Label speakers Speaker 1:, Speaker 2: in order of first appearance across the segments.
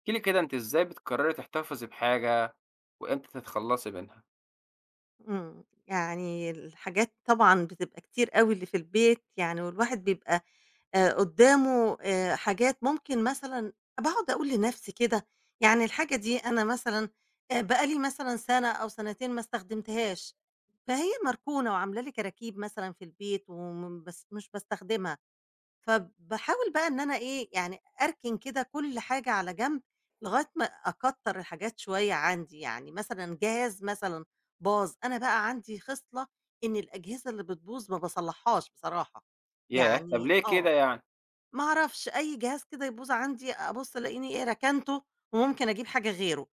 Speaker 1: احكي لي كده أنتِ إزاي بتقرري تحتفظي بحاجة، وإمتى تتخلّصي منها؟
Speaker 2: يعني الحاجات طبعًا بتبقى كتير أوي اللي في البيت يعني، والواحد بيبقى قدّامه حاجات ممكن مثلًا باقعد أقول لنفسي كده، يعني الحاجة دي أنا مثلًا بقى لي مثلًا سَنة أو سَنتين ما استخدمتهاش، فهي مركونة وعاملة لي كراكيب مثلًا في البيت بس مش باستخدمها. فباحاول بقى إن أنا إيه، يعني أركن كده كل حاجة على جنب، لغاية ما أكتّر الحاجات شوية عندي، يعني مثلًا جهاز مثلًا باظ، أنا بقى عندي خِصلة إن الأجهزة اللي بتبوظ ما باصلّحهاش بصراحة،
Speaker 1: ياه! طب
Speaker 2: يعني
Speaker 1: ليه كده
Speaker 2: آه،
Speaker 1: يعني؟
Speaker 2: ما أعرفش أي جهاز كده يبوظ عندي أبُص ألاقيني إيه ركنته وممكن أجيب حاجة غيره.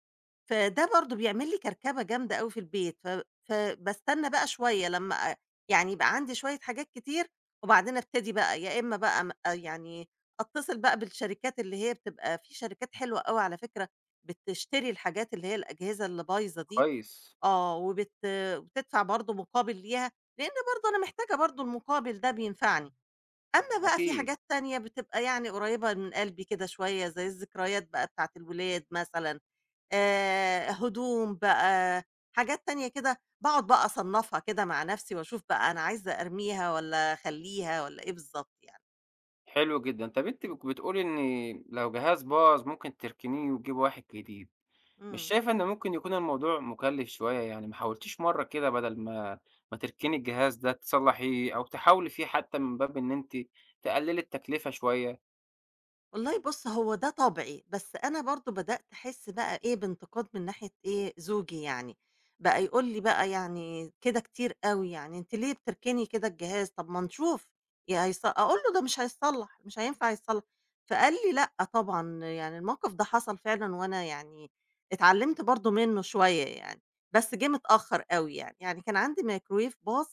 Speaker 2: فده برضه بيعمل لي كركبة جامدة أوي في البيت، فباستنى بقى شوية لمّا يعني يبقى عندي شوية حاجات كتير، وبعدين ابتدي بقى يا إمّا بقى آه يعني أتصل بقى بالشركات اللي هي بتبقى في شركات حلوة أوي على فكرة بتشتري الحاجات اللي هي الأجهزة اللي بايظة دي،
Speaker 1: كويس،
Speaker 2: آه، وبتدفع برضه مقابل ليها، لإن برضه أنا محتاجة برضه المقابل ده بينفعني. أمّا بقى في
Speaker 1: أكيد،
Speaker 2: حاجات تانية بتبقى يعني قريبة من قلبي كده شوية، زي الذكريات بقى بتاعة الولاد مثلًا، هدوم بقى، حاجات تانية كده، باقعد بقى أصنّفها كده مع نَفْسي وأشوف بقى أنا عايزة أرميها والّا أخلّيها والّا إيه بالضبط يعني.
Speaker 1: حلو جدًا. طب أنتِ
Speaker 2: إمم.
Speaker 1: بتقولي إن لو جهاز باظ ممكن تركنيه وتجيبي واحد جديد، مش
Speaker 2: إمم.
Speaker 1: شايفة إن ممكن يكون الموضوع مكلف شوية يعني، ما حاولتيش مرة كده بدل ما تركني الجهاز ده تصلحيه أو تحاولي فيه حتى من باب إن أنتِ تقللي التكلفة شوية؟
Speaker 2: والله بُص، هو ده طبعي، بس أنا برضه بدأت أحس بقى إيه، بانتقاد من ناحية إيه، زوجي يعني، بقى يقول لي بقى يعني كده كتير أوي يعني، أنتِ ليه بتركني كده الجهاز؟ طب ما نشوف يا هيص أقول له ده مش هيتصلّح، مش هينفع يتصلّح، فقال لي: "لأ طبعًا." يعني الموقف ده حصل فعلًا وأنا يعني اتعلّمت برضه منّه شوية يعني، بس جِه متأخّر أوي يعني، يعني كان عندي مايكروويف باظ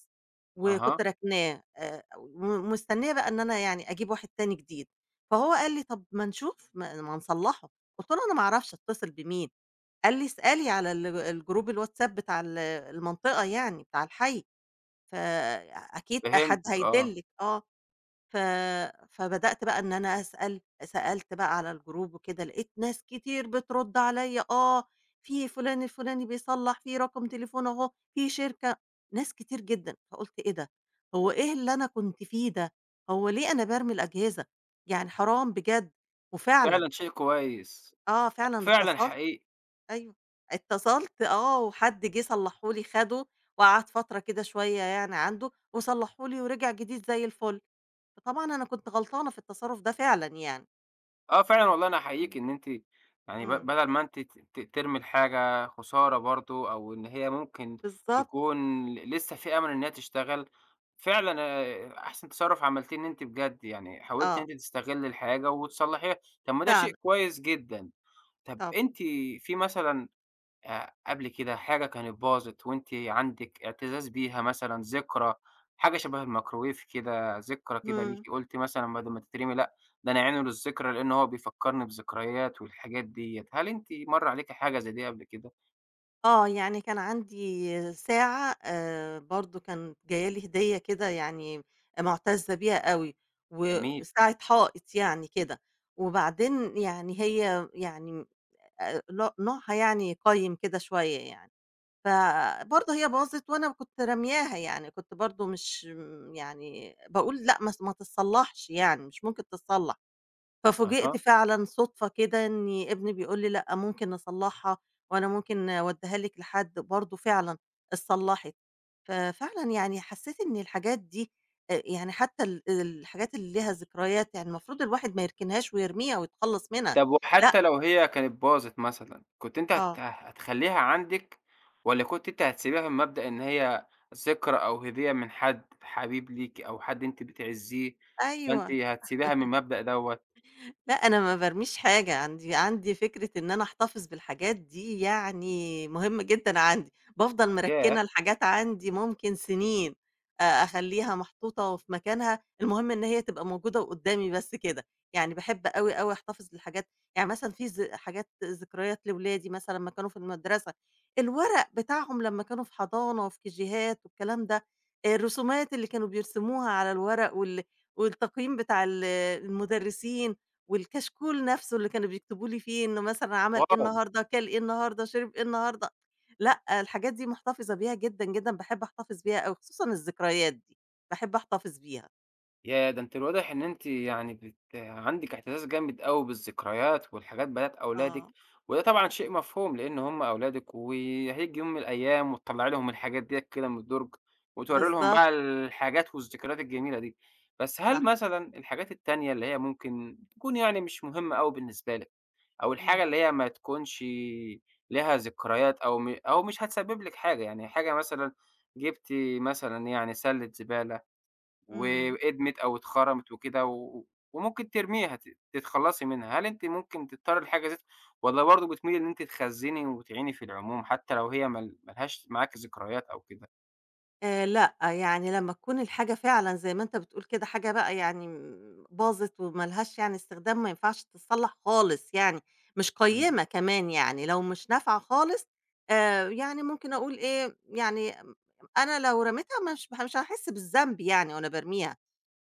Speaker 1: أها،
Speaker 2: وكنت راكناه ومستنية بقى إن أنا يعني أجيب واحد تاني جديد. فهو قال لي: "طب ما نشوف، ما نصلّحه." قُلت له: "أنا ما أعرفش أتصل بمين." قال لي: "اسألي على ال الجروب الWhatsApp بتاع المنطقة يعني بتاع الحي، فأكيد حد
Speaker 1: فهمتِك آه،
Speaker 2: هيدلِّك." آه. ف فبدأت بقى إن أنا أسأل، سألت بقى على الجروب وكده، لقيت ناس كتير بترُد عليّا، آه، في فُلان الفُلاني بيصلّح، في رقم تليفون أهو، في شركة، ناس كتير جدًا، فقُلت إيه ده! هو إيه اللي أنا كنت فيه ده! هو ليه أنا بارمي الأجهزة! يعني حرام بجد، وفعلًا،
Speaker 1: فعلًا شيء كويس،
Speaker 2: آه، فعلًا
Speaker 1: فعلًا
Speaker 2: اتصلت
Speaker 1: حقيقي.
Speaker 2: أيوه، اتصلت آه، وحد جه صلّحه لي، خَده وقعد فترة كده شوية يعني عنده، وصلّحه لي ورجع جديد زي الفُل. فطبعًا أنا كنت غلطانة في التصرُّف ده فعلًا يعني.
Speaker 1: آه فعلًا والله أنا أحييكِ
Speaker 2: إمم.
Speaker 1: إن أنتِ يعني
Speaker 2: إمم،
Speaker 1: بدل ما أنتِ ت ت ترمي الحاجة خسارة برضه أو إن هي ممكن
Speaker 2: بالضبط
Speaker 1: تكون لسه في أمل إن هي تشتغل، فعلًا أحسن تصرُّف عملتيه إن أنتِ بجد يعني حاولتِ إن
Speaker 2: آه،
Speaker 1: أنتِ تستغلّي الحاجة وتصلّحيها، طب ما ده
Speaker 2: فعلًا
Speaker 1: شيء كويس جدًا. طب
Speaker 2: طبعًا،
Speaker 1: أنتِ في مثلًا قبل كده حاجة كانت باظت وأنتِ عندِك اعتزاز بيها مثلًا، ذكرى، حاجة شبه الميكروويف كده، ذكرى كده
Speaker 2: إمم،
Speaker 1: ليكِ قُلتِ مثلًا بدل ما تترمي لأ، ده أنا أعينه للذكرى لإن هو بيفكّرني بذكريات والحاجات ديّة، هل أنتِ مَر عليكِ حاجة زي دي قبل كده؟
Speaker 2: آه، يعني كان عندي ساعة برضه كانت جاية لي هدية كده يعني مُعتزّة بيها أوي،
Speaker 1: جميل،
Speaker 2: وساعة حائط يعني كده، وبعدين يعني هي يعني ن نوعها يعني قَيِّم كده شوية يعني. فبرضه هي باظت وأنا كنت رامياها يعني، كنت برضه مش يعني باقول لأ ما تتصلّحش يعني، مش ممكن تتصلّح، ففوجئت
Speaker 1: أها،
Speaker 2: فعلًا صُدفة كده إن ابني بيقول لي: "لأ ممكن نصلّحها وأنا ممكن أودّيها لِك لحد." برضه فعلًا اتصلّحت، ففعلًا يعني حسّيت إن الحاجات دي يعني حتى الحاجات اللي ليها ذكريات يعني المفروض الواحد ما يركنهاش ويرميها ويتخلّص منها،
Speaker 1: طب
Speaker 2: لأ
Speaker 1: وحتى لو هي كانت باظت مثلًا، كنت أنتِ
Speaker 2: آه،
Speaker 1: هتخلّيها عندِك والّا كنت أنتِ هتسيبيها بمبدأ إن هي ذكرى أو هدية من حد حبيب ليكِ أو حد أنتِ بتعزّيه، فأنتِ
Speaker 2: أيوه.
Speaker 1: هتسيبيها من المبدأ دوّة؟
Speaker 2: لأ، أنا ما بارميش حاجة، عندي فكرة إن أنا أحتفظ بالحاجات دي يعني مهمة جدًا عندي، بافضل مركِّنة
Speaker 1: ياه!
Speaker 2: الحاجات عندي ممكن سنين، أخلّيها محطوطة وفي مكانها، المهم إن هي تبقى موجودة وقدّامي بس كده، يعني باحب أوي، أوي أحتفظ بالحاجات، يعني مثلًا في حاجات ذكريات لولادي مثلًا لمّا كانوا في المدرسة، الورق بتاعهم لمّا كانوا في حضانة وفي كيجيهات والكلام ده، الرسومات اللي كانوا بيرسموها على الورق والتقييم بتاع المدرسين والكشكول نفسه اللي كانوا بيكتبوا لي فيه إنه مثلًا عمل إيه
Speaker 1: واو!
Speaker 2: النهارده، كَل إيه النهارده، شرب إيه النهارده، لأ، الحاجات دي محتفظة بيها جدًا، جدًا، باحب أحتفظ بيها أوي، خصوصًا الذكريات دي، باحب أحتفظ بيها.
Speaker 1: ياه! ده أنتِ الواضح إن أنتِ يعني عندِك احتفاظ جامد أوي بالذكريات والحاجات بتاعة أولادِك،
Speaker 2: آه.
Speaker 1: وده طبعًا شيء مفهوم لإن هم أولادِك، وهييجي يوم من الأيام وتطلّعي لهم الحاجات ديّة كده من الدرج، وتورّي لهم
Speaker 2: بالضبط.
Speaker 1: بقى الحاجات والذكريات الجميلة دي. بس هل
Speaker 2: صح.
Speaker 1: مثلًا الحاجات التانية اللي هي ممكن تكون يعني مش مهمة أوي بالنسبة لِك، أو الحاجة
Speaker 2: إمم.
Speaker 1: اللي هي ما تكونش ليها ذكريات أو مش هتسبب لِك حاجة، يعني حاجة مثلًا جبتِ مثلًا يعني سلة زبالة
Speaker 2: إمم.
Speaker 1: وادمت أو اتخرمت وكده و وممكن ترميها تتخلّصي منها، هل أنتِ ممكن تضطري لحاجة زي والّا برضه بتميلي إن أنتِ تخزّني وتعيني في العموم حتى لو هي ما لهاش معاكِ ذكريات أو كده؟
Speaker 2: لأ، يعني لمّا تكون الحاجة فعلًا زي ما أنت بتقول كده حاجة بقى يعني باظت وما لهاش يعني استخدام ما ينفعش تتصلّح خالص يعني، مش
Speaker 1: اهم.
Speaker 2: قيّمة كمان يعني، لو مش نافعة خالص يعني ممكن أقول إيه، يعني أنا لو رميتها مش هاحس بالذنب يعني وأنا بارميها،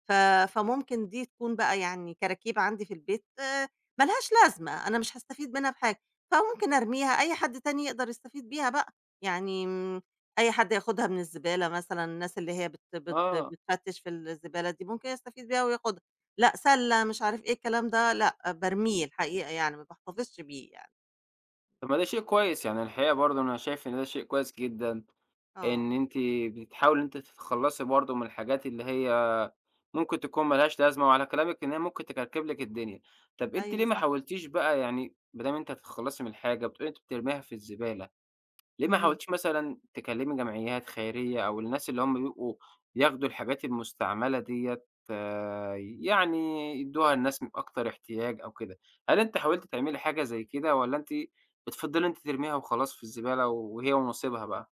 Speaker 2: ف فممكن دي تكون بقى يعني كراكيب عندي في البيت ما لهاش لازمة، أنا مش هاستفيد منها بحاجة، فممكن أرميها أي حد تاني يقدر يستفيد بيها بقى، يعني أي حد ياخدها من الزبالة مثلًا، الناس اللي هي بت بت
Speaker 1: آه،
Speaker 2: بتفتش في الزبالة دي ممكن يستفيد بيها وياخدها، لأ سلة مش عارف إيه الكلام ده، لأ بارميه الحقيقة يعني ما باحتفظش بيه يعني.
Speaker 1: طب ما ده شيء كويس، يعني الحقيقة برضه أنا شايف إن ده شيء كويس جدًا، إن
Speaker 2: آه،
Speaker 1: أنتِ بتحاولي إن أنتِ تتخلّصي برضه من الحاجات اللي هي ممكن تكون ما لهاش لازمة، وعلى كلامِك إن هي ممكن تكركب لِك الدنيا. طب أنتِ ليه
Speaker 2: أيوه
Speaker 1: ما
Speaker 2: صح،
Speaker 1: حاولتيش بقى يعني ما دام أنتِ هتتخلّصي من الحاجة، بتقولي أنتِ بترميها في الزبالة. ليه ما
Speaker 2: اهم.
Speaker 1: حاولتيش مثلًا تكلّمي جمعيات خيرية أو الناس اللي هم بيبقوا بياخدوا الحاجات المستعملة ديّة يعني يدّوها لناس من أكتر احتياج أو كده، هل أنتِ حاولتِ تعملي حاجة زي كده والّا أنتِ بتفضّلي إن أنتِ ترميها وخلاص في الزبالة وهي ونصيبها بقى؟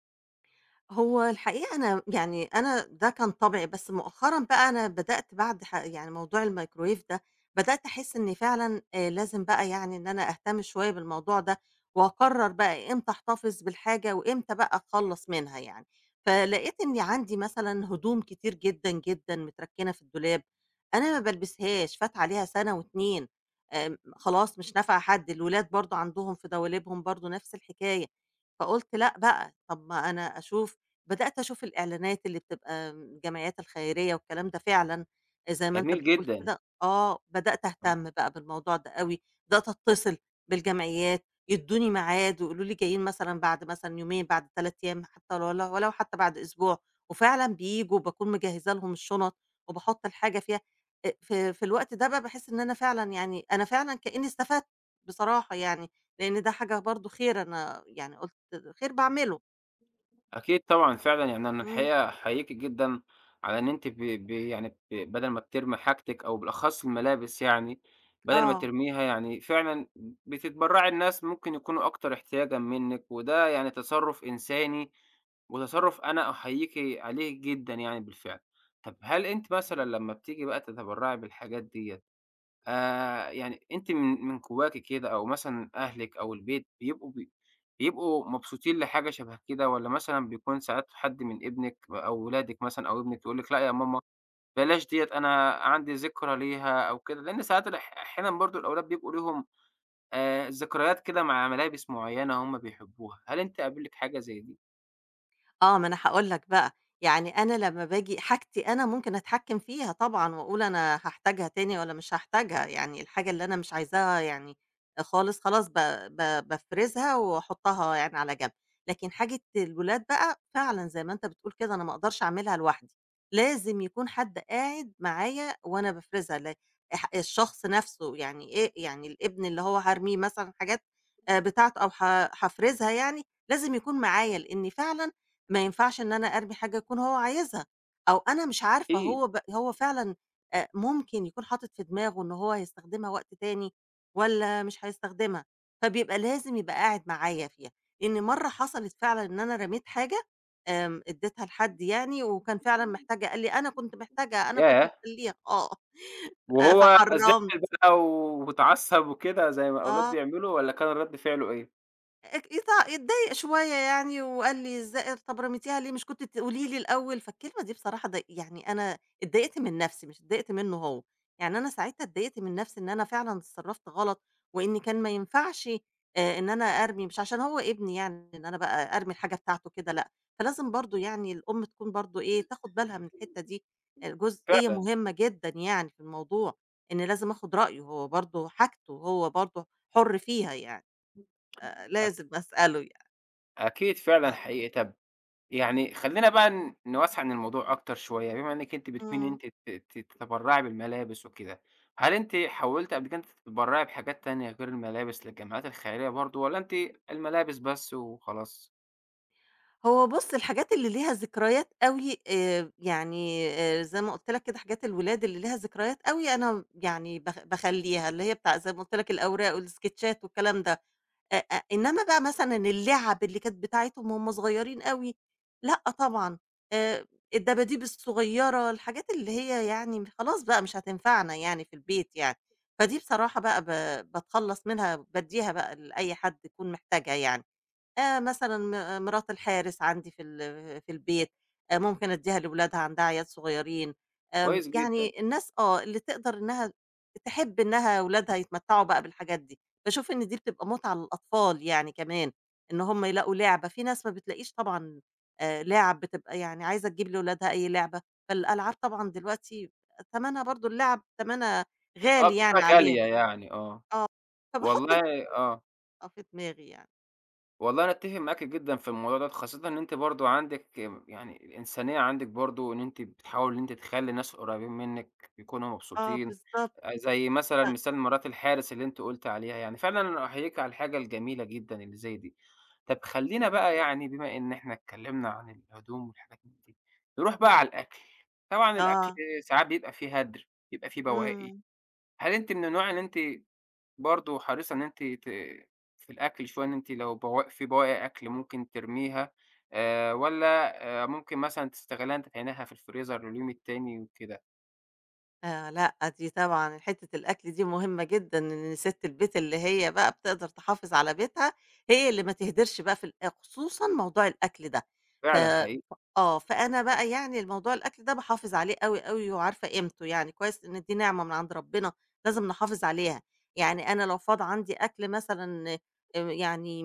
Speaker 2: هو الحقيقة أنا يعني أنا ده كان طبعي، بس مؤخرًا بقى أنا بدأت بعد يعني موضوع الميكروويف ده، بدأت أحس إن فعلًا لازم بقى يعني إن أنا أهتم شوية بالموضوع ده، وأقرّر بقى إمتى أحتفظ بالحاجة وإمتى بقى أخلّص منها يعني. فلقيت إني عندي مثلًا هدوم كتير جدًا، جدًا متركِّنة في الدولاب، أنا ما بالبسهاش، فات عليها سَنة و2 خلاص مش نافعة حد، الولاد برضه عندهم في دواليبهم برضه نفس الحكاية، فقُلت لأ بقى، طب ما أنا أشوف بدأت أشوف الإعلانات اللي بتبقى الجمعيات الخيرية والكلام ده فعلًا زي ما أنت
Speaker 1: جميل
Speaker 2: بتقول
Speaker 1: جدًا.
Speaker 2: كده آه، بدأت أهتم بقى بالموضوع ده أوي، بدأت أتصل بالجمعيات، يدّوني ميعاد ويقولوا لي جايين مثلًا بعد مثلًا يومين، بعد 3 أيام حتى ولو حتى بعد أسبوع، وفعلًا بييجوا باكون مجهزة لهم الشنط وباحط الحاجة فيها، في الوقت ده بقى باحس إن أنا فعلًا يعني أنا فعلًا كإني استفدت بصراحة يعني، لأن ده حاجة برضه خير أنا يعني قُلت خير باعمله.
Speaker 1: أكيد طبعًا فعلًا، يعني أنا
Speaker 2: إمم،
Speaker 1: الحقيقة أحييكِ جدًا على إن أنتِ ب ب يعني بدل ما بترمي حاجتِك أو بالأخص الملابس يعني، بدل ما
Speaker 2: آه.
Speaker 1: ترميها يعني فعلًا بتتبرّعي لناس ممكن يكونوا أكتر احتياجًا منِّك، وده يعني تصرُّف إنساني وتصرُّف أنا أحييكِ عليه جدًا يعني بالفعل. طَب هل أنتِ مثلًا لمّا بتيجي بقى تتبرّعي بالحاجات ديّة، يعني أنتِ من جواكِ كده أو مثلًا أهلِك أو البيت بيبقوا بيبقوا مبسوطين لحاجة شبه كده والّا مثلًا بيكون ساعات حد من ابنِك أو ولادِك مثلًا أو ابنِك يقول لِك لأ يا ماما بلاش ديّة أنا عندي ذكرى ليها أو كده، لإن ساعات أحيانًا برضه الأولاد بيبقوا ليهم ذكريات كده مع ملابس معيّنة هم بيحبوها، هل أنتِ قابلِك حاجة زي دي؟
Speaker 2: آه، ما أنا هاقول لك بقى، يعني أنا لمّا باجي حاجتي أنا ممكن أتحكّم فيها طبعًا وأقول أنا هاحتاجها تاني والّا مش هاحتاجها، يعني الحاجة اللي أنا مش عايزاها يعني خالص، خلاص ب ب بافرزها وأحطها يعني على جنب، لكن حاجة الولاد بقى فعلًا زي ما أنت بتقول كده أنا ما أقدرش أعملها لوحدي، لازم يكون حد قاعد معايا وأنا بافرزها، ل اح الشخص نفسه يعني إيه يعني الابن اللي هو هارميه مثلًا حاجات بتاعته أو هافرزها يعني، لازم يكون معايا لإني فعلًا ما ينفعش إن أنا أرمي حاجة يكون هو عايزها، أو أنا مش عارفة
Speaker 1: أكيد.
Speaker 2: هو هو فعلًا ممكن يكون حاطط في دماغه إن هو هيستخدمها وقت تاني والّا مش هيستخدمها، فبيبقى لازم يبقى قاعد معايا فيها، لإن مرّة حصلت فعلًا إن أنا رميت حاجة اديتها لحد يعني وكان فعلًا محتاجها، قال لي: "أنا كنت محتاجها، أنا كنت
Speaker 1: ياه!
Speaker 2: مخلّيها." آه،
Speaker 1: وهو
Speaker 2: فحرّمت،
Speaker 1: زعل بقى واتعصب وكده زي ما الأولاد
Speaker 2: آه.
Speaker 1: بيعملوا والّا كان رد فعله إيه؟
Speaker 2: أك يط اتضايق شوية يعني وقال لي: "إزاي طب رميتيها ليه؟ مش كنتِ تقولي لي الأول؟" فالكلمة دي بصراحة يعني أنا اتضايقت من نفسي مش اتضايقت منه هو، يعني أنا ساعتها اتضايقت من نفسي إن أنا فعلًا اتصرّفت غلط، وإن كان ما ينفعش إن أنا أرمي مش عشان هو ابني يعني إن أنا بقى أرمي الحاجة بتاعته كده لأ، فلازم برضه يعني الأم تكون برضه إيه، تاخد بالها من الحتّة دي، جزئية
Speaker 1: فعلًا.
Speaker 2: مهمة جدًا يعني في الموضوع، إن لازم آخد رأيه هو برضه حاجته، هو برضه حُر فيها يعني.
Speaker 1: أك
Speaker 2: لازم أسأله يعني،
Speaker 1: أكيد فعلًا
Speaker 2: آه،
Speaker 1: حقيقي. طَب يعني خلّينا بقى نوسّع عن الموضوع أكتر شوية، بما إنِّك أنتِ بتميلي إن
Speaker 2: إمم.
Speaker 1: أنتِ ت ت تتبرّعي بالملابس وكده، هل أنتِ حاولتِ قبل كده إن أنتِ تتبرّعي بحاجات تانية غير الملابس للجمعيات الخيرية برضه والّا أنتِ الملابس بس وخلاص؟
Speaker 2: هو بُص الحاجات اللي ليها ذكريات أوي يعني زي ما قُلت لك كده حاجات الولاد اللي ليها ذكريات أوي أنا يعني باخلّيها، اللي هي بتاع زي ما قُلت لك الأوراق والسكتشات والكلام ده. أ أ إنما بقى مثلًا اللعب اللي كانت بتاعتهم وهُم صغيرين أوي، لأ طبعًا، آآ الدباديب الصغيّرة، الحاجات اللي هي يعني خلاص بقى مش هتنفعنا يعني في البيت يعني، فدي بصراحة بقى باتخلّص منها بادّيها بقى لأي حد يكون محتاجها يعني. مثلًا مرات الحارس عندي في البيت، ممكن أدّيها لولادها عندها عيال صغيّرين،
Speaker 1: كويس جدًا.
Speaker 2: يعني الناس آه، اللي تقدر إنها تحب إنها ولادها يتمتّعوا بقى بالحاجات دي، باشوف إن دي بتبقى متعة للأطفال يعني كمان، إن هُم يلاقوا لعبة، في ناس ما بتلاقيش طبعًا لِعَب بتبقى يعني عايزة تجيب لولادها أي لعبة، فالألعاب طبعًا دلوقتي تمنها برضه اللعب تمنها
Speaker 1: آه،
Speaker 2: غالي
Speaker 1: بتبقى
Speaker 2: يعني
Speaker 1: غالية
Speaker 2: عليهم،
Speaker 1: يعني، آه.
Speaker 2: آه، فباحُط
Speaker 1: والله آه.
Speaker 2: النقطة في دماغي يعني،
Speaker 1: والله أنا أتّفق معاكِ جدًا في الموضوع دوّة، خاصةً إن أنتِ برضه عندِك يعني الإنسانية عندِك برضه إن أنتِ بتحاولي إن أنتِ تخلّي الناس القريبين منِّك يكونوا
Speaker 2: آه
Speaker 1: مبسوطين،
Speaker 2: بالضبط،
Speaker 1: زي مثلًا
Speaker 2: ف
Speaker 1: مثال مرات الحارس اللي أنتِ قُلتِ عليها يعني، فعلًا أنا أحييكِ على الحاجة الجميلة جدًا اللي زي دي. طَب خلّينا
Speaker 2: إمم،
Speaker 1: بقى يعني بما إن إحنا اتكلّمنا عن الهدوم والحاجات من دي، نروح بقى
Speaker 2: إمم.
Speaker 1: على الأكل. طبعًا الأكل
Speaker 2: آه،
Speaker 1: ساعات بيبقى فيه هدْر، بيبقى فيه بواقي،
Speaker 2: إمم.
Speaker 1: هل أنتِ من النوع إن أنتِ برضه حريصة إن أنتِ في الأكل شوية، إن أنتِ لو بواقي أكل ممكن ترميها والّا ممكن مثلًا تستغلّيها إن أنتِ تعينيها في الفريزر لليوم التاني وكده،
Speaker 2: لأ، دي طبعًا حتّة الأكل دي مهمة جدًا، إن سِت البيت اللي هي بقى بتقدر تحافظ على بيتها، هي اللي ما تهدرش بقى في ال آه، خصوصًا موضوع الأكل ده. ف
Speaker 1: فعلًا حقيقي.
Speaker 2: آه، فأنا بقى يعني الموضوع الأكل ده باحافظ عليه أوي، أوي وعارفة قيمته، يعني كويس إن دي نعمة من عند ربنا لازم نحافظ عليها. يعني أنا لو فاض عندي أكل مثلًا يعني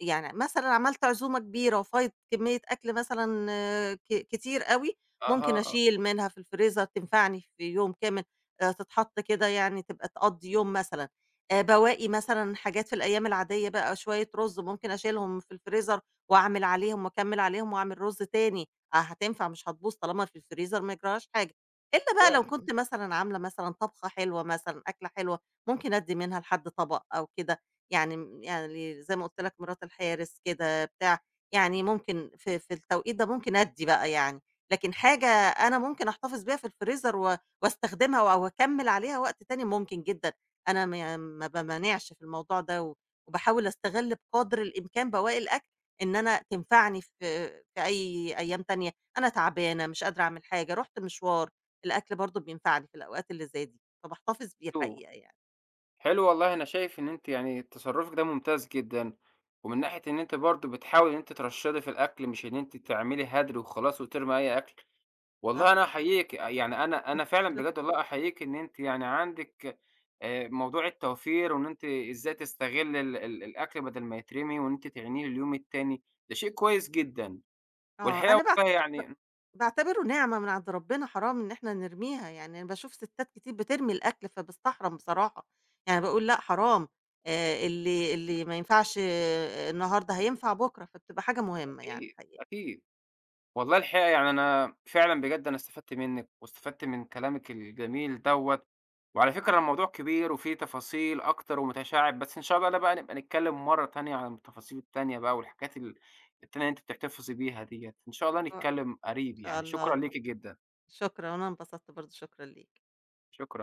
Speaker 2: مثلًا عملت عزومة كبيرة وفايض كمية أكل مثلًا آه، كتير أوي، ممكن
Speaker 1: أها، آه،
Speaker 2: أشيل منها في الفريزر تنفعني في يوم كامل، تتحط كده يعني تبقى تقضّي يوم مثلًا. بواقي مثلًا حاجات في الأيام العادية بقى شوية رُز ممكن أشيلهم في الفريزر وأعمل عليهم وأكمّل عليهم وأعمل رُز تاني، آه هتنفع مش هتبوظ طالما في الفريزر ما يجراهاش حاجة. إلا بقى لو
Speaker 1: فعلًا
Speaker 2: كنت مثلًا عاملة مثلًا طبخة حلوة مثلًا، أكلة حلوة، ممكن أدّي منها لحد طبق أو كده. يعني يعني زي ما قُلت لك مرات الحارس كده بتاع، يعني ممكن في التوقيت ده ممكن أدّي بقى يعني، لكن حاجة أنا ممكن أحتفظ بيها في الفريزر و واستخدمها أو أكمّل عليها وقت تاني ممكن جدًا، أنا ما بامانعش في الموضوع ده و وباحاول أستغل بقدر الإمكان بواقي الأكل إن أنا تنفعني في أي أيام تانية، أنا تعبانة مش قادرة أعمل حاجة، رُحت مشوار، الأكل برضه بينفعني في الأوقات اللي زي دي، فباحتفظ بيه
Speaker 1: حلو،
Speaker 2: الحقيقة يعني،
Speaker 1: حلو والله أنا شايف إن أنتِ يعني تصرُّفِك ده ممتاز جدًا، ومن ناحية إن أنتِ برضه بتحاولي إن أنتِ ترشّدي في الأكل مش إن أنتِ تعملي هدر وخلاص وترمي أي أكل.
Speaker 2: صح،
Speaker 1: والله أنا أحييكِ، آه، يعني أنا فعلًا بجد
Speaker 2: شكرًا.
Speaker 1: والله أحييكِ إن أنتِ يعني عندِك موضوع التوفير وإن أنتِ إزاي تستغلّي ال ال الأكل بدل ما يترمي وإن أنتِ تعينيه لليوم التاني، ده شيء كويس جدًا،
Speaker 2: آه،
Speaker 1: والحقيقة
Speaker 2: أنا
Speaker 1: والله
Speaker 2: ب
Speaker 1: يعني
Speaker 2: باعتبره نعمة من عند ربنا حرام إن إحنا نرميها، يعني أنا باشوف ستات كتير بترمي الأكل فباستحرم بصراحة، يعني باقول لأ حرام اللي ما ينفعش آه، النهارده هينفع بُكرة، فبتبقى حاجة مهمة يعني
Speaker 1: أكيد،
Speaker 2: الحقيقة.
Speaker 1: أكيد. والله الحقيقة يعني أنا فعلًا بجد أنا استفدت منِّك، واستفدت من كلامِك الجميل دوّة، وعلى فكرة الموضوع كبير وفيه تفاصيل أكتر ومتشعِّب، بس إن شاء الله لا بقى نبقى نتكلّم مرّة تانية عن التفاصيل التانية بقى والحاجات التانية اللي أنتِ بتحتفظي بيها ديّة، إن شاء الله
Speaker 2: آه. إن
Speaker 1: نتكلّم قريب
Speaker 2: شاء
Speaker 1: يعني، شكرًا
Speaker 2: الله،
Speaker 1: ليكِ جدًا،
Speaker 2: شكرًا وأنا انبسطت برضه، شكرًا ليك.
Speaker 1: شكرًا.